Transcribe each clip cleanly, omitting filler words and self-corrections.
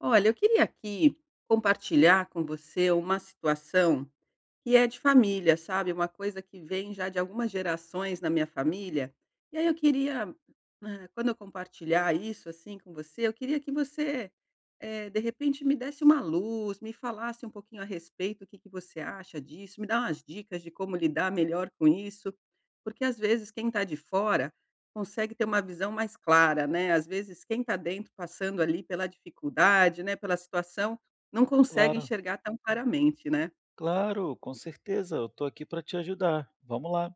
Olha, eu queria aqui compartilhar com você uma situação e é de família, sabe, uma coisa que vem já de algumas gerações na minha família, e aí eu queria, quando eu compartilhar isso, assim, com você, eu queria que você, de repente me desse uma luz, me falasse um pouquinho a respeito, o que que você acha disso, me dá umas dicas de como lidar melhor com isso, porque às vezes quem está de fora consegue ter uma visão mais clara, né, às vezes quem está dentro passando ali pela dificuldade, né, pela situação, não consegue Claro, enxergar tão claramente, né. claro, com certeza, eu estou aqui para te ajudar. Vamos lá.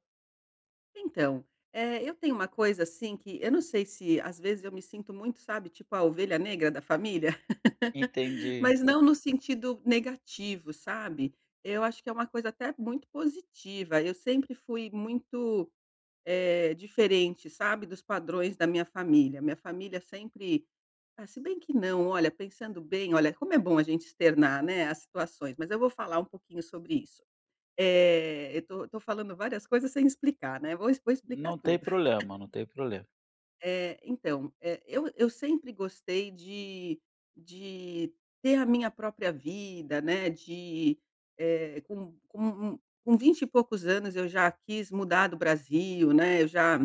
Então, eu tenho uma coisa assim que eu não sei se às vezes eu me sinto muito, sabe, tipo a ovelha negra da família, Entendi. mas não no sentido negativo, sabe. Eu acho que é uma coisa até muito positiva. Eu sempre fui muito, diferente, sabe, dos padrões da minha família. Minha família sempre ah, se bem que não, olha, pensando bem, olha, como é bom a gente externar, né, as situações, mas eu vou falar um pouquinho sobre isso. Eu estou falando várias coisas sem explicar, né, vou explicar Não tudo. tem problema, não tem problema. Então, eu sempre gostei de de ter a minha própria vida, né, de, eh, com com com 20 e poucos anos eu já quis mudar do Brasil, né, eu já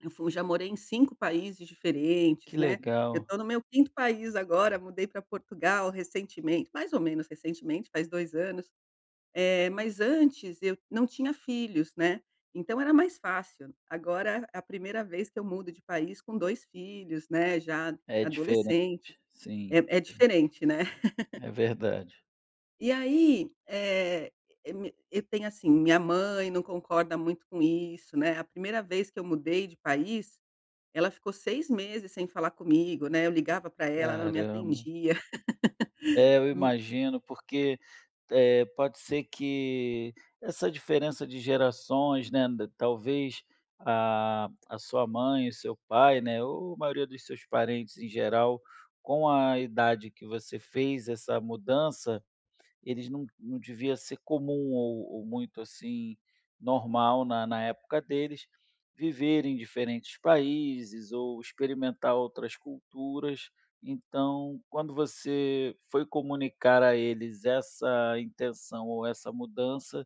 eu fu já morei em 5 países diferentes, Que né, legal. eu estou no meu quinto país agora, mudei para Portugal recentemente, mais ou menos recentemente, faz 2 anos. Mas antes eu não tinha filhos, né, então era mais fácil. Agora é a primeira vez que eu mudo de país com 2 filhos, né, já É diferente. adolescentes, Sim, é diferente, né. é verdade. E aí, eh, eh, me eu tenho assim, minha mãe não concorda muito com isso, né, a primeira vez que eu mudei de país, ela ficou 6 meses sem falar comigo, né, eu ligava para ela, ela não me Caramba. atendia, É, eu imagino, porque, pode ser que essa diferença de gerações, né, d talvez a sua mãe, o seu pai, né, ou a maioria dos seus parentes em geral, com a idade que você fez essa mudança, eles não devia ser comum ou muito, assim, normal na época deles, viver em diferentes países ou experimentar outras culturas. Então, quando você foi comunicar a eles essa intenção ou essa mudança,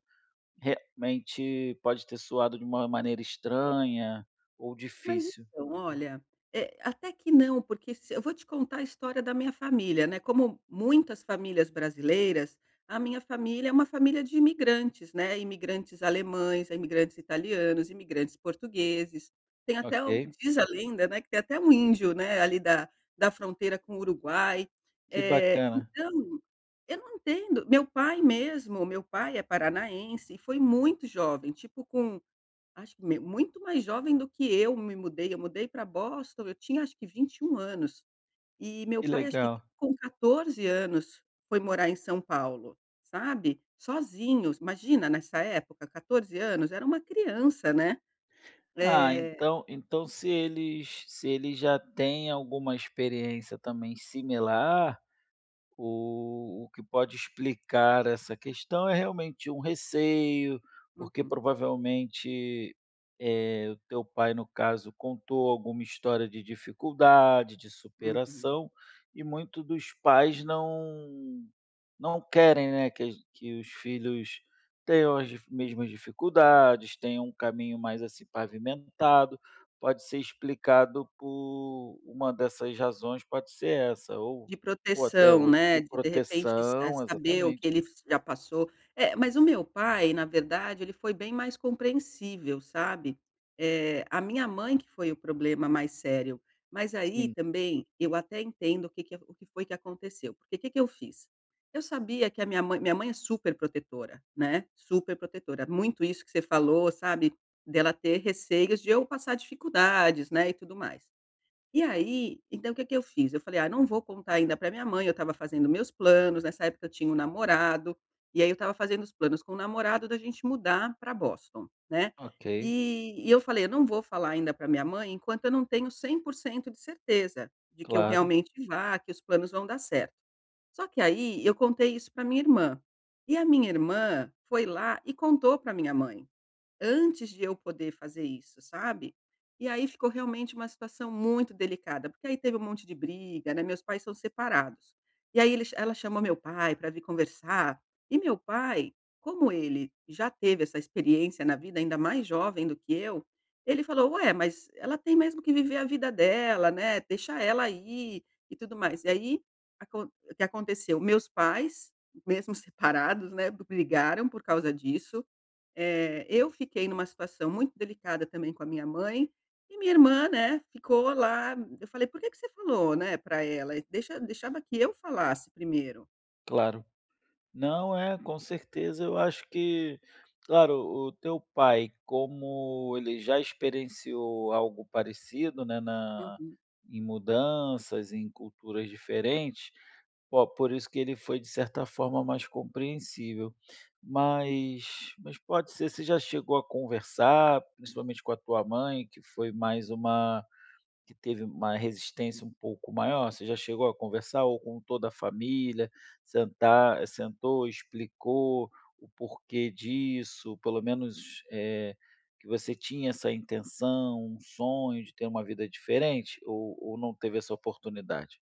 realmente pode ter soado de uma maneira estranha ou Mas difícil. então, olha, até que não, porque se eu vou te contar a história da minha família, né, como muitas famílias brasileiras, a minha família é uma família de imigrantes, né, imigrantes alemães, imigrantes italianos, imigrantes portugueses, tem até um Ok, diz a lenda, né, que tem até um índio, né, ali da da fronteira com o Uruguai. que Eh, bacana, então, eu não entendo, meu pai mesmo, meu pai é paranaense e foi muito jovem, tipo com Acho que me muito mais jovem do que eu me mudei, eu mudei para Boston, eu tinha acho que 21 anos, e meu que pai acho que legal. com 14 anos foi morar em São Paulo, sabe, sozinho imagina nessa época 14 anos, era uma criança, né. Ah, É. então se eles já têm alguma experiência também similar, o que pode explicar essa questão é realmente um receio, porque Uhum, provavelmente, o teu pai, no caso, contou alguma história de dificuldade, de uhum. superação, e muito dos pais não querem, né, que os filhos tenham as dif mesmas dificuldades, tenham um caminho mais, assim, pavimentado. Pode ser explicado por uma dessas razões, pode ser essa ou De ou até proteção, outra. né, De de repente proteção, saber o que exatamente. ele f já passou. É, mas o meu pai, na verdade, ele foi bem mais compreensível, sabe. A minha mãe que foi o problema mais sério, mas aí Sim, também eu até entendo o que que o que foi que aconteceu, porque o que que eu fiz? Eu sabia que a minha mãe é super protetora, né, super protetora, muito isso que você falou, sabe, dela ter receios de eu passar dificuldades, né, e tudo mais. E aí, então o que que eu fiz? Eu falei: "Ah, não vou contar ainda para minha mãe", eu estava fazendo meus planos, nessa época eu tinha um namorado, e aí eu estava fazendo os planos com o namorado da gente mudar para Boston, né. ok, E eu falei: "Eu não vou falar ainda para minha mãe enquanto eu não tenho 100% de certeza de que eu claro, realmente vá, que os planos vão dar certo". Só que aí eu contei isso para minha irmã, e a minha irmã foi lá e contou para minha mãe antes de eu poder fazer isso, sabe. E aí ficou realmente uma situação muito delicada, porque aí teve um monte de briga, né, meus pais são separados. E aí ela chamou meu pai para vir conversar, e meu pai, como ele já teve essa experiência na vida, ainda mais jovem do que eu, ele falou: "Ué, mas ela tem mesmo que viver a vida dela, né, deixa ela aí e tudo mais". E aí, acon o que aconteceu, meus pais, mesmo separados, né, brigaram por causa disso, eu fiquei numa situação muito delicada também com a minha mãe, e minha irmã, né, ficou lá eu falei: "Por que que você falou, né, para ela? Deixava que eu falasse primeiro". claro. Não, é, com certeza, eu acho que, claro, o teu pai, como ele já experienciou algo parecido, né, na Uhum. em mudanças, em culturas diferentes, po por isso que ele foi, de certa forma, mais compreensível. Mas pode ser, você já chegou a conversar, principalmente com a tua mãe, que foi mais uma, que teve uma resistência um pouco maior, você já chegou a conversar ou com toda a família, sentar, sentou, explicou o porquê disso, pelo menos, que você tinha essa intenção, um sonho de ter uma vida diferente ou não teve essa oportunidade?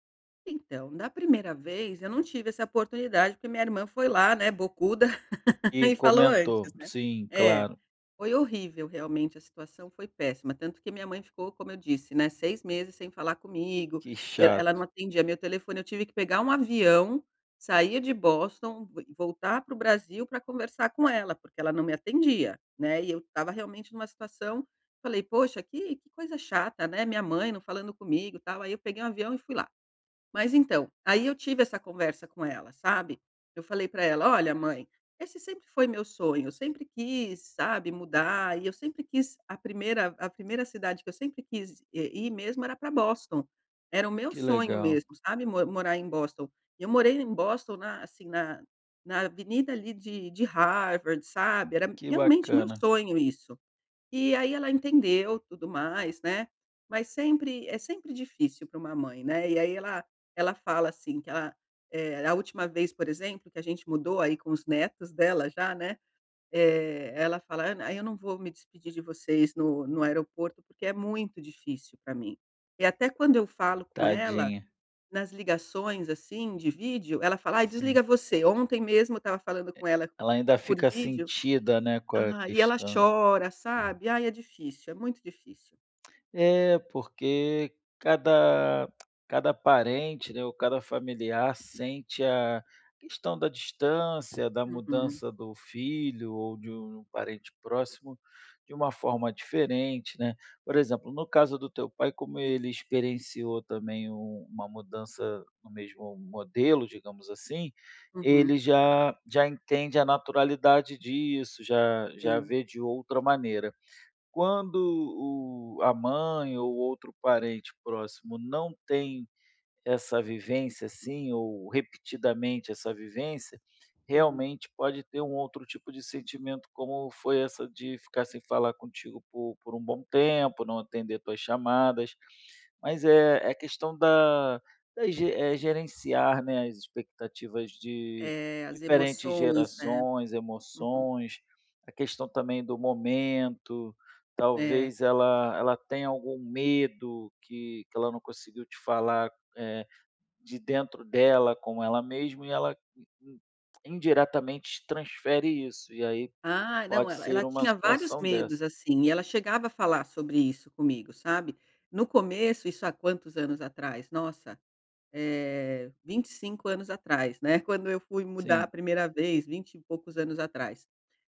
Então, da primeira vez eu não tive essa oportunidade, porque minha irmã foi lá, né, bocuda E e falou antes, comentou. né. Sim, É. claro. Foi horrível, realmente, a situação foi péssima, tanto que minha mãe ficou, como eu disse, né, 6 meses sem falar comigo, Que eu ela chato, não atendia meu telefone, eu tive que pegar um avião, sair de Boston, vo voltar para o Brasil para conversar com ela, porque ela não me atendia, né, e eu estava realmente numa situação, falei: "Poxa, que coisa chata, né, minha mãe não falando comigo, tal", aí eu peguei um avião e fui lá. Mas então, aí eu tive essa conversa com ela, sabe. Eu falei para ela: "Olha mãe, esse sempre foi meu sonho, eu sempre quis, sabe, mudar e eu sempre quis a primeira cidade que eu sempre quis i ir mesmo era para Boston. Era o meu que sonho legal, mesmo, sabe, mo morar em Boston". E eu morei em Boston na assim, na avenida ali de Harvard, sabe, era que realmente meu bacana. sonho isso. E aí ela entendeu, tudo mais, né, mas sempre sempre difícil para uma mãe, né, e aí ela ela fala assim que ela, a última vez, por exemplo, que a gente mudou aí com os netos dela já, né, ela fala: "Ana, eu não vou me despedir de vocês no no aeroporto, porque é muito difícil para mim". E até quando eu falo com ela, Tadinha. nas ligações, assim, de vídeo, ela fala: "Ai, Sim. desliga você". Ontem mesmo eu estava falando com ela Ela ainda por fica vídeo sentida, né, com a ah, e ela questão. chora, sabe. Ai, é difícil, é muito difícil. É, porque cada parente, né, ou cada familiar sente a questão da distância, da Uhum, mudança do filho ou de um parente próximo de uma forma diferente, né. Por exemplo, no caso do teu pai, como ele experienciou também uma mudança no mesmo modelo, digamos assim, uhum, ele já entende a naturalidade disso, já sim, vê de outra maneira. Quando o a mãe ou outro parente próximo não tem essa vivência, assim, ou repetidamente essa vivência, uhum. realmente pode ter um outro tipo de sentimento, como foi essa de ficar sem falar contigo por um bom tempo, não atender tuas chamadas. Mas é questão da gerenciar, né, as expectativas de É, as diferentes emoções, né. gerações, Uhum, emoções, a questão também do momento, é. talvez ela tenha algum medo que ela não conseguiu te falar, eh, de dentro dela com ela mesma e ela in indiretamente transfere isso, e aí Ah, não, pode ela ela ser uma tinha vários situação dessa. medos, assim, e ela chegava a falar sobre isso comigo, sabe. No começo, isso há quantos anos atrás? Nossa, é, 25 anos atrás, né, quando eu fui mudar a Sim. primeira vez, 20 e poucos anos atrás.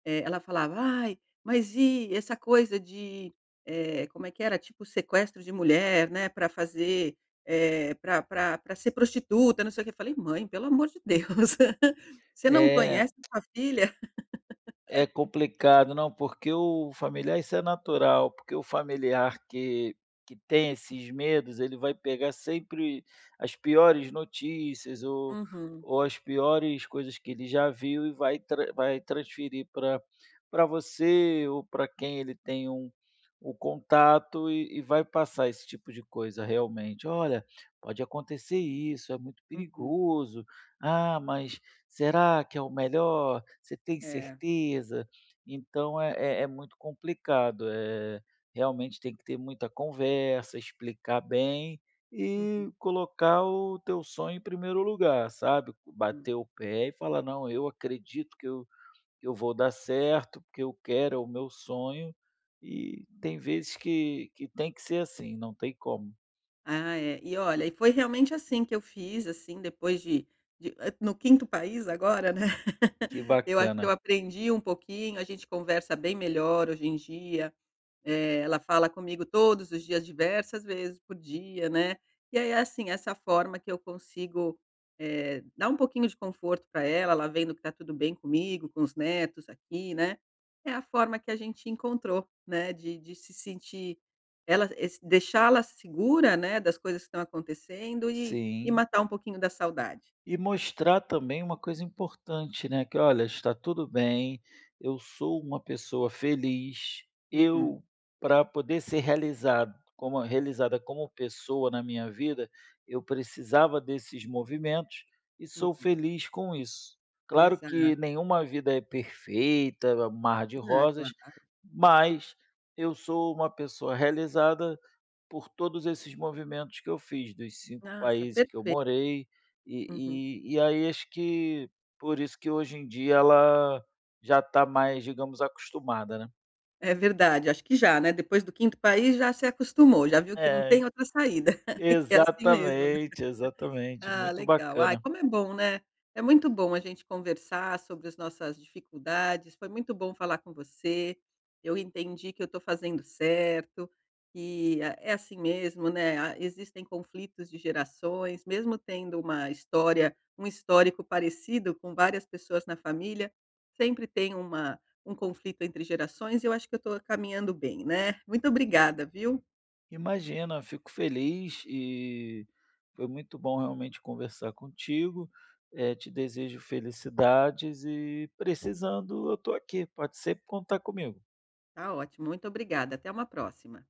Ela falava: "Ai, mas e essa coisa de", como é que era? Tipo sequestro de mulher, né, para fazer, para pra ser prostituta, não sei o que Eu falei: "Mãe, pelo amor de Deus, você não Eh conhece sua filha?" É complicado, não, porque o familiar isso é natural, porque o familiar que tem esses medos, ele vai pegar sempre as piores notícias ou Uhum, ou as piores coisas que ele já viu e vai transferir para você ou para quem ele tem o contato e vai passar esse tipo de coisa realmente. "Olha, pode acontecer isso, é muito uhum. perigoso. Ah, mas será que é o melhor? Você tem É. certeza?" Então é muito complicado, realmente tem que ter muita conversa, explicar bem Uhum, e colocar o teu sonho em primeiro lugar, sabe. hum. Bater o pé e falar: "Não, eu acredito que eu vou dar certo, porque eu quero, é o meu sonho", e tem vezes que tem que ser assim, não tem como. Ah, é. E olha, e foi realmente assim que eu fiz, assim, depois de no quinto país agora, né, Que eu acho que eu bacana. aprendi um pouquinho, a gente conversa bem melhor hoje em dia. Ela fala comigo todos os dias, diversas vezes por dia, né. E aí, assim, essa forma que eu consigo, dar um pouquinho de conforto para ela, ela vendo que tá tudo bem comigo, com os netos aqui, né, é a forma que a gente encontrou, né, de se sentir ela es deixá-la segura, né, das coisas que estão acontecendo e Sim. matar um pouquinho da saudade. E mostrar também uma coisa importante, né, que: "Olha, está tudo bem, eu sou uma pessoa feliz, Uhum, eu para poder ser realizado como realizada como pessoa na minha vida, eu precisava desses movimentos e sou uhum. feliz com isso". Claro Exato. que nenhuma vida é perfeita, é um mar de Ah, rosas, claro. mas eu sou uma pessoa realizada por todos esses movimentos que eu fiz, dos cinco Nossa, países que eu perfeito. morei, Uhum. e aí acho que por isso que hoje em dia ela já está mais, digamos, acostumada, né. É verdade, acho que já, né, depois do quinto país já se acostumou, já viu que não tem É, outra saída, que é assim mesmo, né? exatamente, exatamente, Ah, muito legal. Ai, bacana. como é bom, né? É muito bom a gente conversar sobre as nossas dificuldades. Foi muito bom falar com você. Eu entendi que eu estou fazendo certo, que ah, é assim mesmo, né? Ah, existem conflitos de gerações, mesmo tendo uma história, um histórico parecido com várias pessoas na família, sempre tem uma, um conflito entre gerações e eu acho que eu estou caminhando bem, né? Muito obrigada, viu? Imagina, fico feliz e foi muito bom realmente conversar contigo, te desejo felicidades e precisando eu estou aqui, pode sempre contar comigo. Tá ótimo. Muito obrigada. Até uma próxima.